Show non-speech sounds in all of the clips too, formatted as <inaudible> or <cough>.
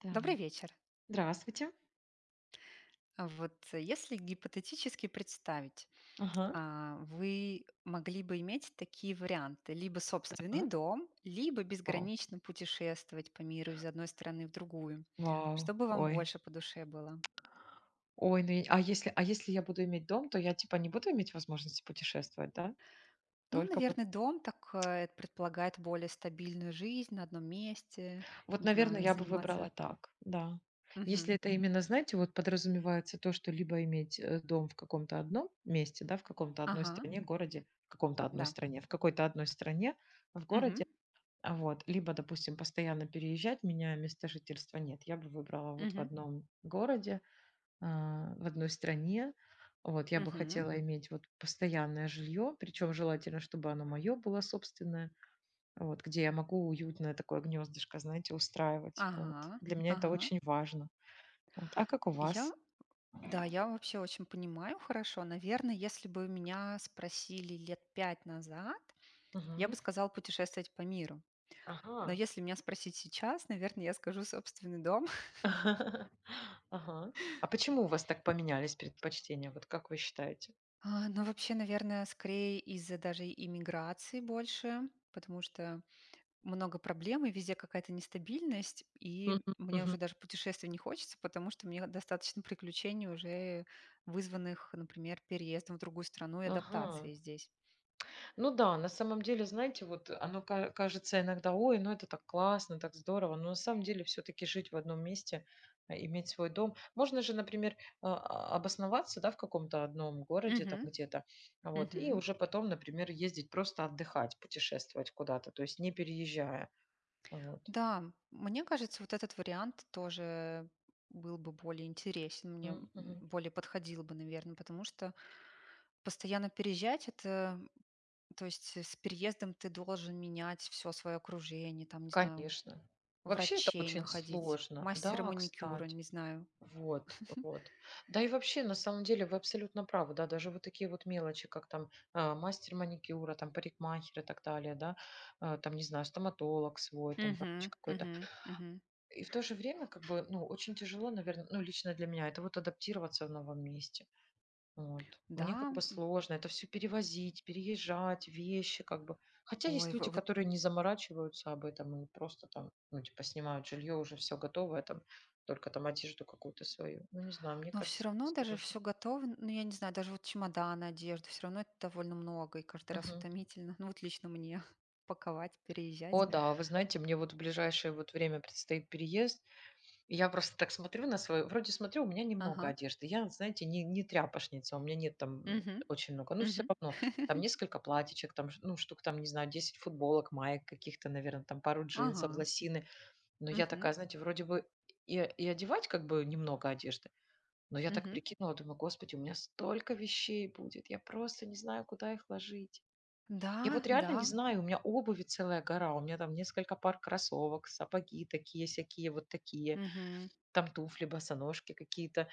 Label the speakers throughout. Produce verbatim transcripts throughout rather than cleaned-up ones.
Speaker 1: Так.
Speaker 2: Добрый вечер.
Speaker 1: Здравствуйте.
Speaker 2: А Вот э, если гипотетически представить,
Speaker 1: Ага.
Speaker 2: а, вы могли бы иметь такие варианты. Либо собственный
Speaker 1: Так.
Speaker 2: дом, либо
Speaker 1: Вау,
Speaker 2: безгранично путешествовать по миру из одной страны в другую.
Speaker 1: вау,
Speaker 2: Что бы вам
Speaker 1: ой.
Speaker 2: больше по душе было?
Speaker 1: Ой, ну, и а если а если я буду иметь дом, то я, типа, не буду иметь возможности путешествовать, да?
Speaker 2: Ну,
Speaker 1: Только вот
Speaker 2: наверное, дом так э, это предполагает более стабильную жизнь на одном месте,
Speaker 1: вот,
Speaker 2: не
Speaker 1: наверное,
Speaker 2: знаю,
Speaker 1: я бы
Speaker 2: заниматься.
Speaker 1: выбрала так, да.
Speaker 2: Мгм.
Speaker 1: Если это именно, знаете, вот подразумевается то, что либо иметь, э, дом в каком-то одном месте, да, в каком-то одной
Speaker 2: Ага,
Speaker 1: стране, городе, в каком-то одной
Speaker 2: да.
Speaker 1: стране, в какой-то одной стране, в
Speaker 2: Мгм.
Speaker 1: городе, а, вот, либо, допустим, постоянно переезжать, меня места жительства. Нет, я бы выбрала вот в
Speaker 2: Мгм.
Speaker 1: одном городе, а, в одной стране. Вот, я бы
Speaker 2: Мгм.
Speaker 1: хотела иметь вот постоянное жилье, причем желательно, чтобы оно мое было собственное, вот, где я могу уютное такое гнездышко, знаете, устраивать. Вот.
Speaker 2: Ага,
Speaker 1: Для меня это
Speaker 2: ага.
Speaker 1: очень важно. Вот. А как у
Speaker 2: Я
Speaker 1: вас?
Speaker 2: Да, я вообще очень понимаю хорошо. Наверное, если бы меня спросили лет пять назад, я бы
Speaker 1: Мгм.
Speaker 2: сказала путешествовать по миру. Но
Speaker 1: Ага.
Speaker 2: если меня спросить сейчас, наверное, я скажу собственный дом. <laughs>
Speaker 1: <laughs> Ага. А почему у вас так поменялись предпочтения? Вот как вы считаете?
Speaker 2: А, Но вообще, наверное, скорее из-за даже иммиграции больше, потому что много проблем и везде какая-то нестабильность, и
Speaker 1: Мгм.
Speaker 2: мне
Speaker 1: Мгм.
Speaker 2: уже даже путешествий не хочется, потому что мне достаточно приключений уже вызванных, например, переездом в другую страну и
Speaker 1: Ага.
Speaker 2: адаптацией здесь.
Speaker 1: Ну да, на самом деле, знаете, вот оно ка- кажется иногда, ой, ну это так классно, так здорово, но на самом деле все-таки жить в одном месте, а, иметь свой дом. Можно же, например, а, а- обосноваться, да, в каком-то одном городе там
Speaker 2: Мгм.
Speaker 1: где-то, а вот, и
Speaker 2: Мгм.
Speaker 1: уже потом, например, ездить просто отдыхать, путешествовать куда-то, то есть не переезжая, вот.
Speaker 2: Да, мне кажется, вот этот вариант тоже был бы более интересен, мне м,
Speaker 1: М, мгм.
Speaker 2: более подходил бы, наверное, потому что постоянно переезжать, это, то есть с переездом ты должен менять все свое окружение, там, не знаю,
Speaker 1: Конечно. Вообще это
Speaker 2: врачей
Speaker 1: очень
Speaker 2: находить,
Speaker 1: сложно.
Speaker 2: мастера
Speaker 1: Да,
Speaker 2: маникюра,
Speaker 1: кстати.
Speaker 2: не знаю.
Speaker 1: Вот, вот. Да и вообще, на самом деле, вы абсолютно правы, да, даже вот такие вот мелочи, как там а, мастер маникюра, там парикмахер и так далее, да, а, там, не знаю, стоматолог свой, там врач
Speaker 2: Мгм,
Speaker 1: какой-то.
Speaker 2: мгм, мгм.
Speaker 1: И в то же время, как бы, ну, очень тяжело, наверное, ну, лично для меня, это вот адаптироваться в новом месте. Вот. Мне как
Speaker 2: Да,
Speaker 1: бы сложно это все перевозить, переезжать, вещи как бы. Хотя
Speaker 2: ой,
Speaker 1: есть
Speaker 2: в-
Speaker 1: люди,
Speaker 2: вот,
Speaker 1: которые не заморачиваются об этом и просто там, ну, типа, снимают жилье, уже все готовое там, только там одежду какую-то свою. Ну, не знаю, мне
Speaker 2: но все
Speaker 1: кажется,
Speaker 2: равно даже
Speaker 1: сложно.
Speaker 2: все готово. Ну, я не знаю, даже вот чемоданы, одежду, все равно это довольно много и каждый раз
Speaker 1: Мгм.
Speaker 2: утомительно. Ну, вот лично мне <laughs> паковать, переезжать.
Speaker 1: О да, вы знаете, мне вот в ближайшее вот время предстоит переезд. Я просто так смотрю на свою, вроде смотрю, у меня немного
Speaker 2: Ага.
Speaker 1: одежды. Я, знаете, не, не тряпошница, у меня нет там
Speaker 2: Мгм.
Speaker 1: очень много. Ну, все
Speaker 2: Мгм.
Speaker 1: равно, там
Speaker 2: <laughs>
Speaker 1: несколько платьичек, там, ш- ну, штук там, не знаю, десять футболок, маек каких-то, наверное, там пару
Speaker 2: Ага.
Speaker 1: джинсов, лосины. Но я
Speaker 2: Мгм.
Speaker 1: такая, знаете, вроде бы и, и одевать как бы немного одежды. Но я так
Speaker 2: Мгм.
Speaker 1: прикинула, думаю, господи, у меня столько вещей будет, я просто не знаю, куда их ложить. Я
Speaker 2: Да,
Speaker 1: вот реально
Speaker 2: да.
Speaker 1: не знаю, у меня обуви целая гора, у меня там несколько пар кроссовок, сапоги такие-сякие, вот такие
Speaker 2: Мгм.
Speaker 1: там туфли, босоножки какие-то,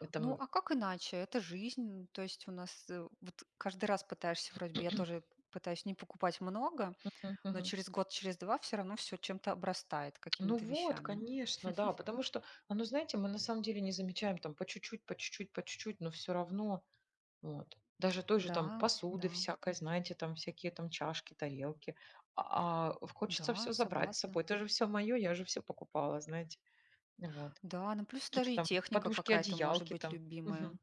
Speaker 1: э,
Speaker 2: Ну,
Speaker 1: там
Speaker 2: а как иначе? Это жизнь. Ну, то есть у нас, э, вот каждый раз пытаешься вроде бы я тоже
Speaker 1: <clears throat>
Speaker 2: пытаюсь не покупать много, но
Speaker 1: Мгм,
Speaker 2: через год, через два все равно все чем-то обрастает,
Speaker 1: Ну
Speaker 2: какими-то
Speaker 1: вот,
Speaker 2: вещами.
Speaker 1: конечно, да, потому что, а, ну, знаете, мы на самом деле не замечаем там по чуть-чуть, по чуть-чуть, по чуть-чуть, но все равно, вот. Даже той же
Speaker 2: Да,
Speaker 1: там
Speaker 2: да,
Speaker 1: посуды всякой, знаете, там всякие там чашки, тарелки. А, а хочется
Speaker 2: да,
Speaker 1: все забрать с
Speaker 2: согласна.
Speaker 1: собой. Это же все мое, я же все покупала, знаете. Вот.
Speaker 2: Да, ну плюс
Speaker 1: Какие-то
Speaker 2: даже и
Speaker 1: там
Speaker 2: техника
Speaker 1: подушки,
Speaker 2: какая-то может
Speaker 1: одеялки
Speaker 2: быть
Speaker 1: там.
Speaker 2: любимая.
Speaker 1: Мгм.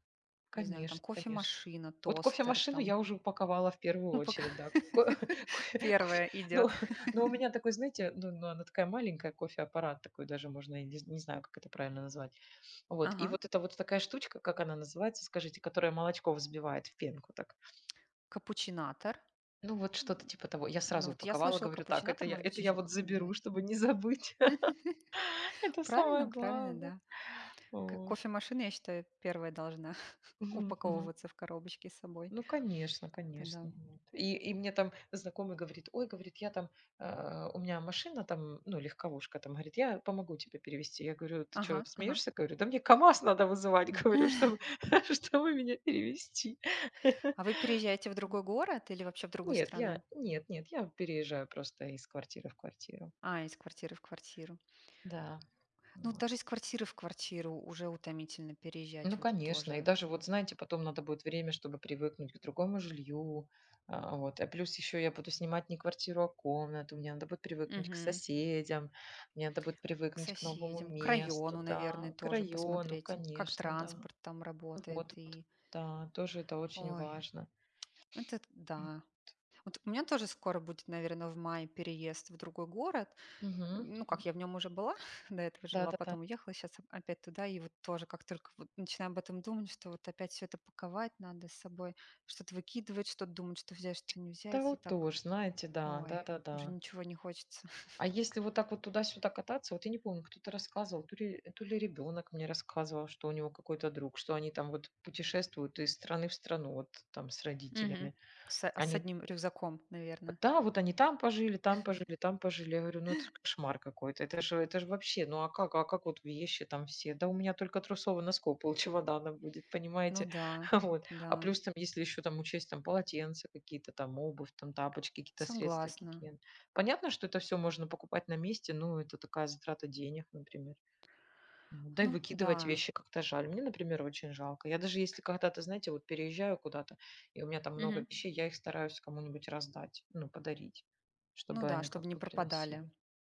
Speaker 2: Не знаю, там
Speaker 1: Конечно, конечно.
Speaker 2: кофемашина,
Speaker 1: Вот
Speaker 2: тостер,
Speaker 1: кофемашину
Speaker 2: там,
Speaker 1: я уже упаковала в первую
Speaker 2: ну, пока
Speaker 1: очередь, да. Ко <laughs>
Speaker 2: <laughs>
Speaker 1: кофе кофе,
Speaker 2: первое
Speaker 1: ну,
Speaker 2: идет.
Speaker 1: <laughs> но у меня такой, знаете, ну ну, она такая маленькая, кофеаппарат такой даже можно, я не не знаю, как это правильно назвать. Вот, и
Speaker 2: Ага.
Speaker 1: вот это вот такая штучка, как она называется, скажите, которая молочко взбивает в пенку так.
Speaker 2: Капучинатор.
Speaker 1: Ну, вот что-то
Speaker 2: М,
Speaker 1: типа того. Я
Speaker 2: Ну,
Speaker 1: сразу
Speaker 2: вот я
Speaker 1: упаковала,
Speaker 2: слышала
Speaker 1: говорю: "Так, это
Speaker 2: капучинатор,
Speaker 1: я
Speaker 2: может быть,
Speaker 1: это я
Speaker 2: еще
Speaker 1: вот
Speaker 2: как-то
Speaker 1: заберу,
Speaker 2: называется.
Speaker 1: чтобы не забыть". <laughs> Это самое
Speaker 2: Правильно, правильно,
Speaker 1: главное.
Speaker 2: да. Как
Speaker 1: Вот.
Speaker 2: кофемашина, я считаю, первая должна <laughs>
Speaker 1: Мгм, мгм.
Speaker 2: упаковываться в коробочке с собой.
Speaker 1: Ну, конечно,
Speaker 2: Тогда.
Speaker 1: конечно. Вот. И, и мне там знакомый говорит, ой, говорит, я там, э, у меня машина там, ну, легковушка там, говорит, я помогу тебе перевести. Я говорю, ты что,
Speaker 2: Ага, ага.
Speaker 1: смеешься? Говорю, да мне КамАЗ надо вызывать, <laughs> говорю, чтобы, <laughs> чтобы меня перевести.
Speaker 2: А
Speaker 1: <laughs>
Speaker 2: вы переезжаете в другой город или вообще в другую
Speaker 1: Нет, я,
Speaker 2: страну?
Speaker 1: нет, нет, я переезжаю просто из квартиры в квартиру.
Speaker 2: А, из квартиры в квартиру.
Speaker 1: Да,
Speaker 2: Ну,
Speaker 1: вот.
Speaker 2: даже из квартиры в квартиру уже утомительно переезжать
Speaker 1: Ну,
Speaker 2: вот
Speaker 1: конечно. И
Speaker 2: тоже.
Speaker 1: даже вот, знаете, потом надо будет время, чтобы привыкнуть к другому жилью. А, Вот. А плюс еще я буду снимать не квартиру, а комнату. Мне надо будет привыкнуть к
Speaker 2: Мгм.
Speaker 1: соседям. Мне надо будет
Speaker 2: К
Speaker 1: привыкнуть к новому
Speaker 2: соседям, к
Speaker 1: месту,
Speaker 2: району, наверное,
Speaker 1: да, к
Speaker 2: тоже
Speaker 1: району,
Speaker 2: посмотреть, как
Speaker 1: конечно, да.
Speaker 2: транспорт там работает.
Speaker 1: Вот, вот.
Speaker 2: И...
Speaker 1: Да, тоже это очень
Speaker 2: Ой,
Speaker 1: важно.
Speaker 2: это да. Вот у меня тоже скоро будет, наверное, в мае переезд в другой город.
Speaker 1: Мгм.
Speaker 2: Ну, как я в нем уже была, <laughs> до этого
Speaker 1: Да,
Speaker 2: жила,
Speaker 1: да, да.
Speaker 2: потом уехала, сейчас опять туда. И вот тоже, как только вот начинаю об этом думать, что вот опять все это паковать надо с собой, что-то выкидывать, что-то думать, что взять, что не
Speaker 1: Да,
Speaker 2: взять. И
Speaker 1: вот
Speaker 2: так,
Speaker 1: тоже, знаете, да,
Speaker 2: ой,
Speaker 1: да, да,
Speaker 2: уже
Speaker 1: да.
Speaker 2: ничего не хочется.
Speaker 1: А если вот так вот туда-сюда кататься, вот я не помню, кто-то рассказывал, то ли, то ли ребенок мне рассказывал, что у него какой-то друг, что они там вот путешествуют из страны в страну, вот там с
Speaker 2: Мгм.
Speaker 1: родителями.
Speaker 2: С а с
Speaker 1: Они
Speaker 2: одним рюкзаком, наверное.
Speaker 1: да, вот они там пожили, там пожили, там пожили. Я говорю, ну это ж кошмар какой-то. Это же, это же вообще, ну а как, а как вот вещи там все? Да у меня только трусов и носков пол чемодана будет,
Speaker 2: Ну
Speaker 1: понимаете?
Speaker 2: да,
Speaker 1: <laughs> Вот. А
Speaker 2: да,
Speaker 1: плюс там, если еще там учесть там полотенца какие-то, там обувь, там тапочки, какие-то средства
Speaker 2: согласна.
Speaker 1: гигиены. Понятно, что это все можно покупать на месте, но это такая затрата денег, например. Ну да и
Speaker 2: Ну да,
Speaker 1: выкидывать вещи как-то жаль. Мне, например, очень жалко. Я даже если когда-то, знаете, вот переезжаю куда-то, и у меня там
Speaker 2: мгм,
Speaker 1: много вещей, я их стараюсь кому-нибудь раздать, ну, подарить,
Speaker 2: ну
Speaker 1: чтобы
Speaker 2: да,
Speaker 1: они как
Speaker 2: чтобы не
Speaker 1: бы
Speaker 2: пропадали.
Speaker 1: приносили.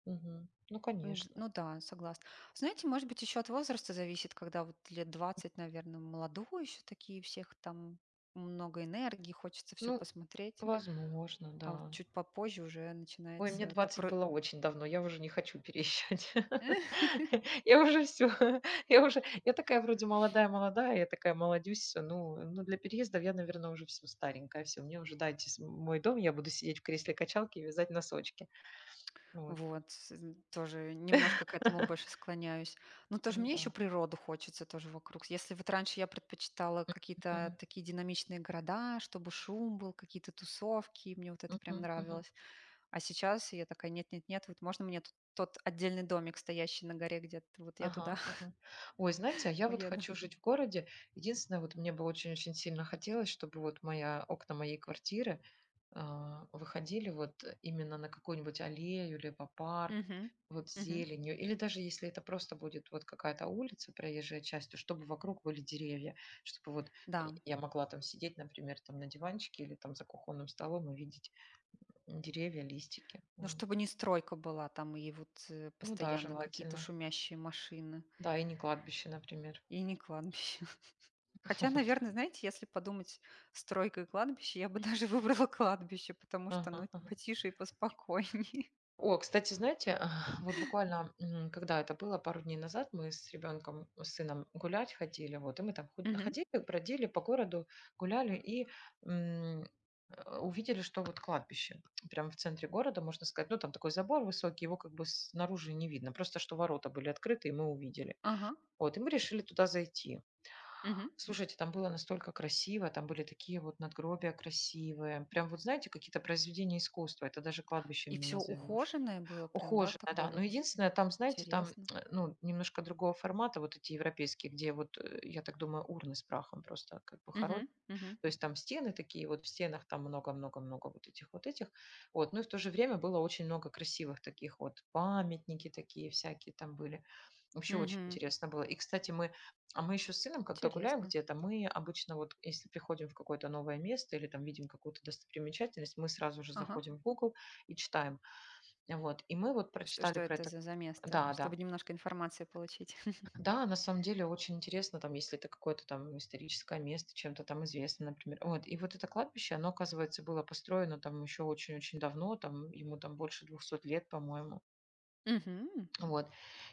Speaker 1: Мгм. Ну,
Speaker 2: Н д
Speaker 1: конечно.
Speaker 2: ну да, согласна. Знаете, может быть, еще от возраста зависит, когда вот лет двадцать, наверное, молодой еще, такие, всех там много энергии, хочется все
Speaker 1: Ну,
Speaker 2: посмотреть,
Speaker 1: возможно,
Speaker 2: а вот
Speaker 1: да.
Speaker 2: чуть попозже уже
Speaker 1: Ой, мне
Speaker 2: начинается
Speaker 1: двадцать
Speaker 2: такой
Speaker 1: было очень давно, я уже не хочу переезжать.
Speaker 2: <laughs>
Speaker 1: <laughs> Я уже все. <laughs> я уже я такая вроде молодая-молодая, я такая молодюсь, всё, ну ну, для переездов я, наверное, уже все старенькая. Все, мне уже дайте с мой дом, я буду сидеть в кресле-качалке и вязать носочки. Вот.
Speaker 2: Вот, з тоже немножко к этому больше
Speaker 1: <laughs>
Speaker 2: склоняюсь. Но тоже
Speaker 1: Ну
Speaker 2: мне
Speaker 1: да.
Speaker 2: еще природу хочется тоже вокруг. Если вот раньше я предпочитала какие-то такие динамичные города, чтобы шум был, какие-то тусовки, и мне вот это прям
Speaker 1: Мгм. Мгм. Мгм.
Speaker 2: нравилось. А сейчас я такая: "Нет-нет-нет, вот можно мне тут тот отдельный домик, стоящий на горе где-то, вот я
Speaker 1: Ага,
Speaker 2: туда <laughs>
Speaker 1: ага. Ой, знаете, а я вот
Speaker 2: уеду".
Speaker 1: хочу жить в городе. Единственное, вот мне бы очень-очень сильно хотелось, чтобы вот моя окна моей квартиры а, выходили вот именно на какую-нибудь аллею, либо парк,
Speaker 2: Мгм.
Speaker 1: вот с
Speaker 2: Мгм.
Speaker 1: зеленью, или даже если это просто будет вот какая-то улица, проезжая частью, чтобы вокруг были деревья, чтобы вот
Speaker 2: Да.
Speaker 1: я могла там сидеть, например, там на диванчике или там за кухонным столом и видеть деревья, листики.
Speaker 2: Ну,
Speaker 1: Вот.
Speaker 2: чтобы не стройка была там и вот, э,
Speaker 1: Ну да,
Speaker 2: постоянно какие-то
Speaker 1: желательно.
Speaker 2: шумящие машины,
Speaker 1: Да, и не кладбище, например.
Speaker 2: и не кладбище.
Speaker 1: <laughs>
Speaker 2: Хотя,
Speaker 1: Вот.
Speaker 2: наверное, знаете, если подумать, стройка и кладбище, я бы <laughs> даже выбрала кладбище, потому что ну,
Speaker 1: Ага, ага.
Speaker 2: потише и поспокойнее.
Speaker 1: О, кстати, знаете, <laughs> вот буквально, м, когда это было, пару дней назад мы с ребенком, с сыном гулять ходили, вот, и мы там ход-
Speaker 2: Мгм.
Speaker 1: ходили, бродили по городу, гуляли и м, э, увидели, что вот кладбище, прямо в центре города, можно сказать, ну, там такой забор высокий, его как бы снаружи не видно, просто что ворота были открыты, и мы увидели.
Speaker 2: Ага.
Speaker 1: Вот, и мы решили туда зайти.
Speaker 2: Мгм.
Speaker 1: Слушайте, там было настолько красиво, там были такие вот надгробия красивые, прям вот, знаете, какие-то произведения искусства, это даже
Speaker 2: И
Speaker 1: кладбищем не
Speaker 2: все
Speaker 1: назовешь.
Speaker 2: ухоженное было прям, да,
Speaker 1: Ухоженная,
Speaker 2: такое
Speaker 1: да. Но
Speaker 2: вот
Speaker 1: единственное, там, знаете, там,
Speaker 2: интересно.
Speaker 1: э, ну, немножко другого формата, вот эти европейские, где вот, э, я так думаю, урны с прахом просто как бы хоронят.
Speaker 2: Мгм. Мгм.
Speaker 1: То есть там стены такие, вот в стенах там много-много-много вот этих вот этих. Вот. Ну и в то же время было очень много красивых таких вот памятники такие всякие там были. Вообще очень
Speaker 2: Мгм.
Speaker 1: интересно было. И, кстати, мы, а мы еще с сыном, когда гуляем
Speaker 2: Интересно.
Speaker 1: где-то, мы обычно вот, если приходим в какое-то новое место или там видим какую-то достопримечательность, мы сразу же
Speaker 2: Ага.
Speaker 1: заходим в Google и читаем, вот, и мы вот
Speaker 2: Что что
Speaker 1: прочитали про
Speaker 2: это
Speaker 1: это.
Speaker 2: за за место?
Speaker 1: Да,
Speaker 2: Чтобы
Speaker 1: да.
Speaker 2: немножко информации получить. <laughs>
Speaker 1: Да, на самом деле очень интересно, там, если это какое-то там историческое место, чем-то там известно, например. Вот, и вот это кладбище, оно, оказывается, было построено там еще очень-очень давно, там, ему там больше двухсот лет, по-моему.
Speaker 2: Мгм.
Speaker 1: Вот.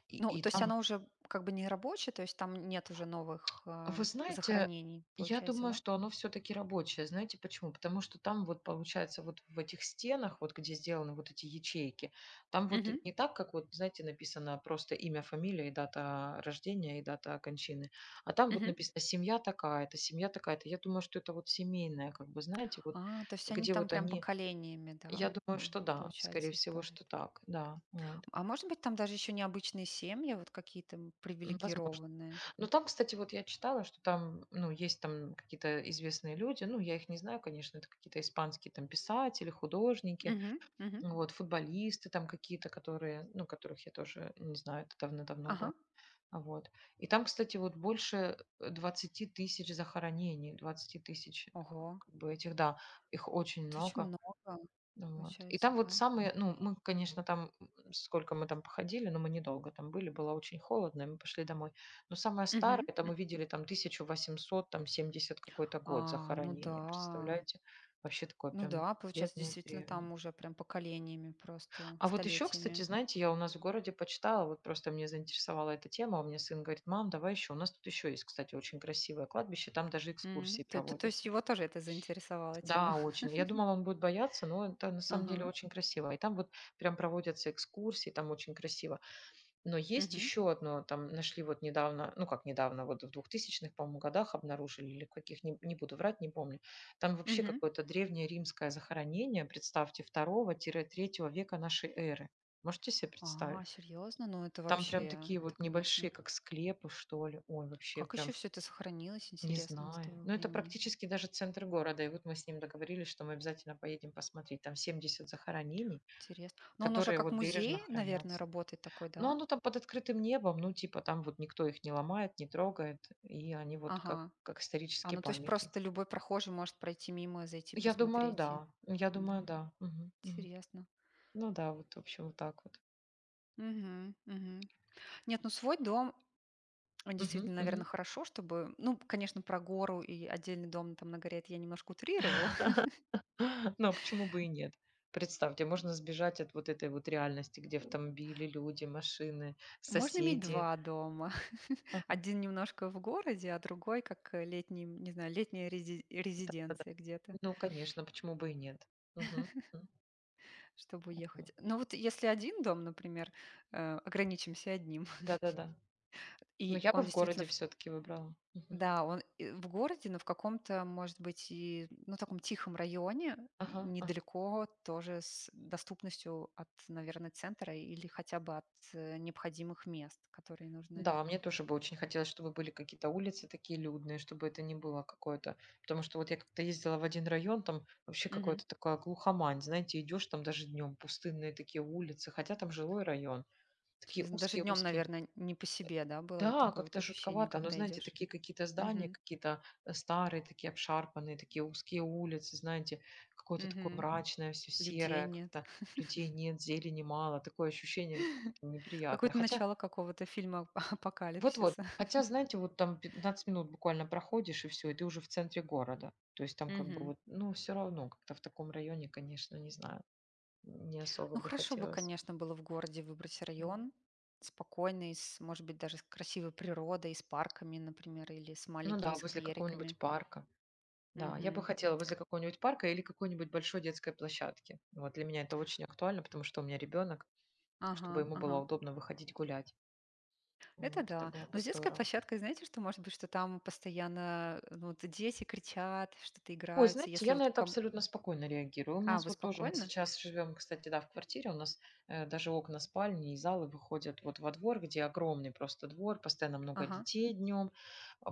Speaker 1: И,
Speaker 2: Ну,
Speaker 1: и
Speaker 2: то есть
Speaker 1: там.
Speaker 2: оно уже как бы не рабочее, то есть там нет уже новых, а,
Speaker 1: Вы знаете,
Speaker 2: захоронений,
Speaker 1: я
Speaker 2: получается,
Speaker 1: думаю,
Speaker 2: да?
Speaker 1: что оно все-таки рабочее. Знаете почему? Потому что там вот получается вот в этих стенах, вот где сделаны вот эти ячейки, там вот
Speaker 2: Мгм.
Speaker 1: не так, как вот, знаете, написано просто имя, фамилия и дата рождения и дата кончины, а там вот
Speaker 2: Мгм.
Speaker 1: написано семья такая-то, семья такая-то. Я думаю, что это вот семейная, как бы, знаете, вот
Speaker 2: А, то есть они
Speaker 1: где
Speaker 2: там
Speaker 1: вот
Speaker 2: прям
Speaker 1: они...
Speaker 2: поколениями, да,
Speaker 1: Я думаю,
Speaker 2: м,
Speaker 1: что да, скорее
Speaker 2: получается,
Speaker 1: всего,
Speaker 2: используют.
Speaker 1: что так, да, вот.
Speaker 2: А может быть, там даже еще необычные семьи, вот какие-то м,
Speaker 1: М, возможно.
Speaker 2: привилегированные?
Speaker 1: Ну, там, кстати, вот я читала, что там, ну, есть там какие-то известные люди, ну, я их не знаю, конечно, это какие-то испанские там писатели, художники,
Speaker 2: Мгм, мгм.
Speaker 1: ну, вот, футболисты там какие-то, которые, ну, которых я тоже не знаю, это давно-давно было.
Speaker 2: Ага.
Speaker 1: А вот. И там, кстати, вот больше двадцати тысяч захоронений, двадцати тысяч, э,
Speaker 2: Ого,
Speaker 1: как бы этих, да, их очень
Speaker 2: это очень
Speaker 1: много,
Speaker 2: много,
Speaker 1: вот. И
Speaker 2: получается,
Speaker 1: там вот
Speaker 2: да.
Speaker 1: самые, ну, мы, конечно, там, м, сколько мы там походили, но мы недолго там были, было очень холодно, и мы пошли домой. Но самое старое,
Speaker 2: Мгм.
Speaker 1: это мы видели там тысяча восемьсот семидесятый какой-то
Speaker 2: А,
Speaker 1: год
Speaker 2: ну
Speaker 1: захоронения,
Speaker 2: да.
Speaker 1: представляете? Вообще такое
Speaker 2: Ну
Speaker 1: прям
Speaker 2: да, получается, действительно,
Speaker 1: древнее-древнее.
Speaker 2: там уже прям поколениями просто,
Speaker 1: А вот еще, кстати,
Speaker 2: столетиями.
Speaker 1: знаете, я у нас в городе почитала, вот просто мне заинтересовала эта тема, у меня сын говорит, мам, давай еще, у нас тут еще есть, кстати, очень красивое кладбище, там даже
Speaker 2: М,
Speaker 1: экскурсии
Speaker 2: То, то- то есть
Speaker 1: проводятся.
Speaker 2: его тоже это заинтересовала
Speaker 1: Да,
Speaker 2: тема. <laughs>
Speaker 1: очень. Я думала, он будет бояться, но это на самом деле
Speaker 2: Ага.
Speaker 1: очень красиво. И там вот прям проводятся экскурсии, там очень красиво. Но есть
Speaker 2: Мгм,
Speaker 1: еще одно, там нашли вот недавно, ну как недавно, вот в двухтысячных по-моему, годах обнаружили, или в каких, не, не буду врать, не помню. Там вообще
Speaker 2: мгм.
Speaker 1: какое-то древнее римское захоронение, представьте, второго-третьего века нашей эры. Можете себе
Speaker 2: А,
Speaker 1: представить?
Speaker 2: серьезно? Ну это
Speaker 1: Там прям
Speaker 2: вообще,
Speaker 1: такие
Speaker 2: это,
Speaker 1: вот небольшие,
Speaker 2: конечно.
Speaker 1: как склепы, что ли. Ой, вообще
Speaker 2: Как
Speaker 1: прям
Speaker 2: еще все это сохранилось,
Speaker 1: не
Speaker 2: интересно, с
Speaker 1: знаю.
Speaker 2: того
Speaker 1: Но это
Speaker 2: времени?
Speaker 1: практически даже центр города. И вот мы с ним договорились, что мы обязательно поедем посмотреть. Там семьдесят захоронений,
Speaker 2: Интересно. Но он уже
Speaker 1: которые
Speaker 2: как
Speaker 1: вот бережно
Speaker 2: музей, наверное,
Speaker 1: хранятся.
Speaker 2: работает такой,
Speaker 1: Но
Speaker 2: да?
Speaker 1: оно там под открытым небом, ну типа там вот никто их не ломает, не трогает. И они вот как,
Speaker 2: Ага.
Speaker 1: как
Speaker 2: А,
Speaker 1: исторический
Speaker 2: ну то есть
Speaker 1: памятник.
Speaker 2: просто любой прохожий может пройти мимо, зайти
Speaker 1: Я думаю,
Speaker 2: посмотреть.
Speaker 1: да.
Speaker 2: И-
Speaker 1: Я думаю,
Speaker 2: Да,
Speaker 1: да. Мгм, мгм.
Speaker 2: интересно.
Speaker 1: Ну да, вот в общем вот так вот.
Speaker 2: Мгм, мгм. Нет, ну свой дом, он
Speaker 1: Мгм,
Speaker 2: действительно, наверное,
Speaker 1: мгм.
Speaker 2: хорошо, чтобы... Ну, конечно, про гору и отдельный дом там на горе это я немножко утрировала. <laughs>
Speaker 1: <laughs> Ну а почему бы и нет? Представьте, можно сбежать от вот этой вот реальности, где автомобили, люди, машины,
Speaker 2: Можно иметь
Speaker 1: соседи.
Speaker 2: два дома. <laughs>
Speaker 1: Ага.
Speaker 2: Один немножко в городе, а другой как э, летний, не знаю, летняя рези-
Speaker 1: Да-да-да.
Speaker 2: резиденция где-то.
Speaker 1: Ну, конечно, почему бы и нет? Мгм, м.
Speaker 2: Чтобы
Speaker 1: Вот.
Speaker 2: уехать. Ну вот если один дом, например, э, ограничимся одним, <laughs>
Speaker 1: Да-да-да. Но
Speaker 2: и
Speaker 1: я бы
Speaker 2: он
Speaker 1: в
Speaker 2: действительно
Speaker 1: городе
Speaker 2: в
Speaker 1: все-таки выбрала. Мгм.
Speaker 2: да, он и в городе, но в каком-то, может быть, и, ну, таком тихом районе, и
Speaker 1: Ага, ага.
Speaker 2: недалеко тоже с доступностью от, наверное, центра или хотя бы от, э, необходимых мест, которые нужны.
Speaker 1: Да, мне тоже бы очень хотелось, чтобы были какие-то улицы такие людные, чтобы это не было какое-то. Потому что вот я как-то ездила в один район, там вообще
Speaker 2: Мгм.
Speaker 1: какая-то такая глухомань, знаете, идешь там даже днем, пустынные такие улицы, хотя там жилой район, такие
Speaker 2: Интересно. Даже днем,
Speaker 1: узкие-узкие.
Speaker 2: наверное, не по себе, да, было вот
Speaker 1: Да,
Speaker 2: такое вот
Speaker 1: как-то
Speaker 2: ощущение,
Speaker 1: жутковато, но,
Speaker 2: когда
Speaker 1: знаете,
Speaker 2: идешь?
Speaker 1: такие какие-то здания,
Speaker 2: Мгм.
Speaker 1: какие-то э, старые, такие обшарпанные, такие узкие улицы, знаете, какое-то такое
Speaker 2: Мгм.
Speaker 1: мрачное, все
Speaker 2: Людей
Speaker 1: серое,
Speaker 2: нет.
Speaker 1: как-то
Speaker 2: <laughs>
Speaker 1: людей нет, зелени мало, такое ощущение какое-то неприятное.
Speaker 2: Какое-то
Speaker 1: Хотя,
Speaker 2: начало какого-то фильма <laughs>
Speaker 1: вот-вот,
Speaker 2: апокалипсиса.
Speaker 1: хотя, знаете, вот там пятнадцать минут буквально проходишь, и все, и ты уже в центре города. То есть там как бы
Speaker 2: Мгм.
Speaker 1: вот, ну, все равно, как-то в таком районе, конечно, не знаю, не особо
Speaker 2: Ну,
Speaker 1: бы
Speaker 2: хорошо бы,
Speaker 1: хотелось.
Speaker 2: конечно, было в городе выбрать
Speaker 1: М,
Speaker 2: район спокойный, с, может быть, даже с красивой природой, с парками, например, или с
Speaker 1: ну
Speaker 2: маленькими
Speaker 1: да, возле
Speaker 2: сквериками.
Speaker 1: какого-нибудь парка. Да, я бы
Speaker 2: Мгм.
Speaker 1: хотела возле какого-нибудь парка или какой-нибудь большой детской площадки. Вот для меня это очень актуально, потому что у меня ребенок,
Speaker 2: Ага,
Speaker 1: чтобы ему было
Speaker 2: ага.
Speaker 1: удобно выходить гулять.
Speaker 2: Это
Speaker 1: Вот, это
Speaker 2: да.
Speaker 1: было
Speaker 2: Но
Speaker 1: бы
Speaker 2: с детской
Speaker 1: здорово.
Speaker 2: площадкой, знаете, что может быть, что там постоянно э, ну, вот дети кричат, что-то
Speaker 1: Ой,
Speaker 2: играются.
Speaker 1: знаете,
Speaker 2: Если
Speaker 1: я
Speaker 2: вот...
Speaker 1: на это
Speaker 2: ком-
Speaker 1: абсолютно спокойно реагирую. У
Speaker 2: А,
Speaker 1: нас
Speaker 2: вы
Speaker 1: вот тоже, мы
Speaker 2: спокойно?
Speaker 1: сейчас живем, кстати, да, в квартире, у нас э, даже окна спальни и залы выходят вот во двор, где огромный просто двор, постоянно много
Speaker 2: Ага.
Speaker 1: детей днем,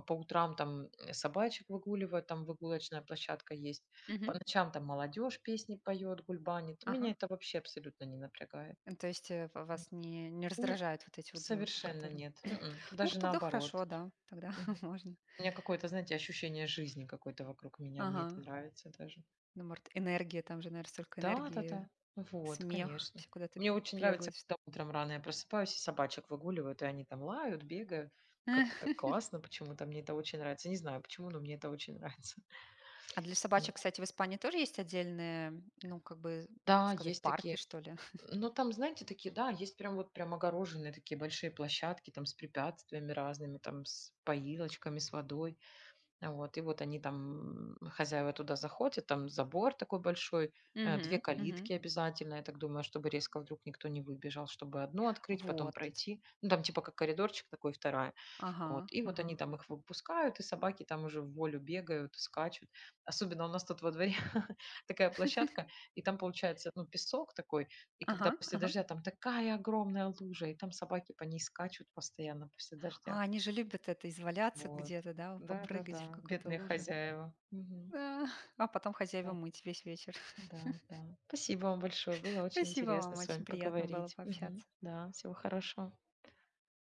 Speaker 1: по утрам там э, собачек выгуливают, там выгулочная площадка есть,
Speaker 2: Мгм.
Speaker 1: по ночам там молодежь песни поет, гульбанит.
Speaker 2: Ага.
Speaker 1: Меня это вообще абсолютно не напрягает.
Speaker 2: Э, То есть э, в-
Speaker 1: М,
Speaker 2: вас не, не раздражают вот эти вот звуки,
Speaker 1: совершенно
Speaker 2: которые...
Speaker 1: нет. Мгм,
Speaker 2: Ну, вот
Speaker 1: даже
Speaker 2: тогда
Speaker 1: наоборот.
Speaker 2: хорошо, да. Тогда
Speaker 1: Мгм.
Speaker 2: <laughs> можно.
Speaker 1: У меня какое-то, знаете, ощущение жизни какой-то вокруг меня, мне это
Speaker 2: Ага.
Speaker 1: нравится даже.
Speaker 2: Ну, может, энергия, там же, наверное, столько энергии,
Speaker 1: Да-да-да, вот,
Speaker 2: смех,
Speaker 1: конечно.
Speaker 2: все куда-то
Speaker 1: Мне очень нравится,
Speaker 2: бегают. Ш-
Speaker 1: когда утром рано я просыпаюсь и собачек выгуливаю, и они там лают, бегают.
Speaker 2: Эх.
Speaker 1: Как-то так классно почему-то, мне это очень нравится. Не знаю почему, но мне это очень нравится.
Speaker 2: А для собачек,
Speaker 1: Вот.
Speaker 2: кстати, в Испании тоже есть отдельные, ну, как бы
Speaker 1: Да,
Speaker 2: сказать,
Speaker 1: есть
Speaker 2: парки,
Speaker 1: такие.
Speaker 2: что ли? <laughs>
Speaker 1: Ну, там, знаете, такие, да, есть прям вот прям огороженные такие большие площадки, там с препятствиями разными, там с поилочками, с водой. А вот, и вот они там, м, хозяева туда заходят, там забор такой большой, э,
Speaker 2: Мгм,
Speaker 1: две
Speaker 2: мгм.
Speaker 1: калитки обязательно, я так думаю, чтобы резко вдруг никто не выбежал, чтобы одну открыть, потом
Speaker 2: Вот.
Speaker 1: пройти. Ну, там типа как коридорчик такой, две.
Speaker 2: Ага,
Speaker 1: Вот. И вот
Speaker 2: ага.
Speaker 1: они там их выпускают, и собаки там уже в волю бегают, скачут. Особенно у нас тут во дворе <laughs> такая площадка, и там получается, ну, песок такой, и
Speaker 2: Ага,
Speaker 1: когда после
Speaker 2: ага.
Speaker 1: дождя там такая огромная лужа, и там собаки по ней скачут постоянно после
Speaker 2: А
Speaker 1: дождя.
Speaker 2: они же любят это, изваляться
Speaker 1: Вот.
Speaker 2: где-то, да, попрыгать в
Speaker 1: Да-да-да,
Speaker 2: какой-то
Speaker 1: бедные
Speaker 2: луже.
Speaker 1: хозяева. Мгм.
Speaker 2: Да. А потом хозяева
Speaker 1: Да,
Speaker 2: мыть весь вечер. <laughs>
Speaker 1: да, да. Спасибо вам большое, было очень
Speaker 2: Спасибо
Speaker 1: интересно
Speaker 2: вам,
Speaker 1: с
Speaker 2: очень
Speaker 1: вами
Speaker 2: приятно было
Speaker 1: поговорить. Мгм.
Speaker 2: пообщаться.
Speaker 1: Да, всего хорошего.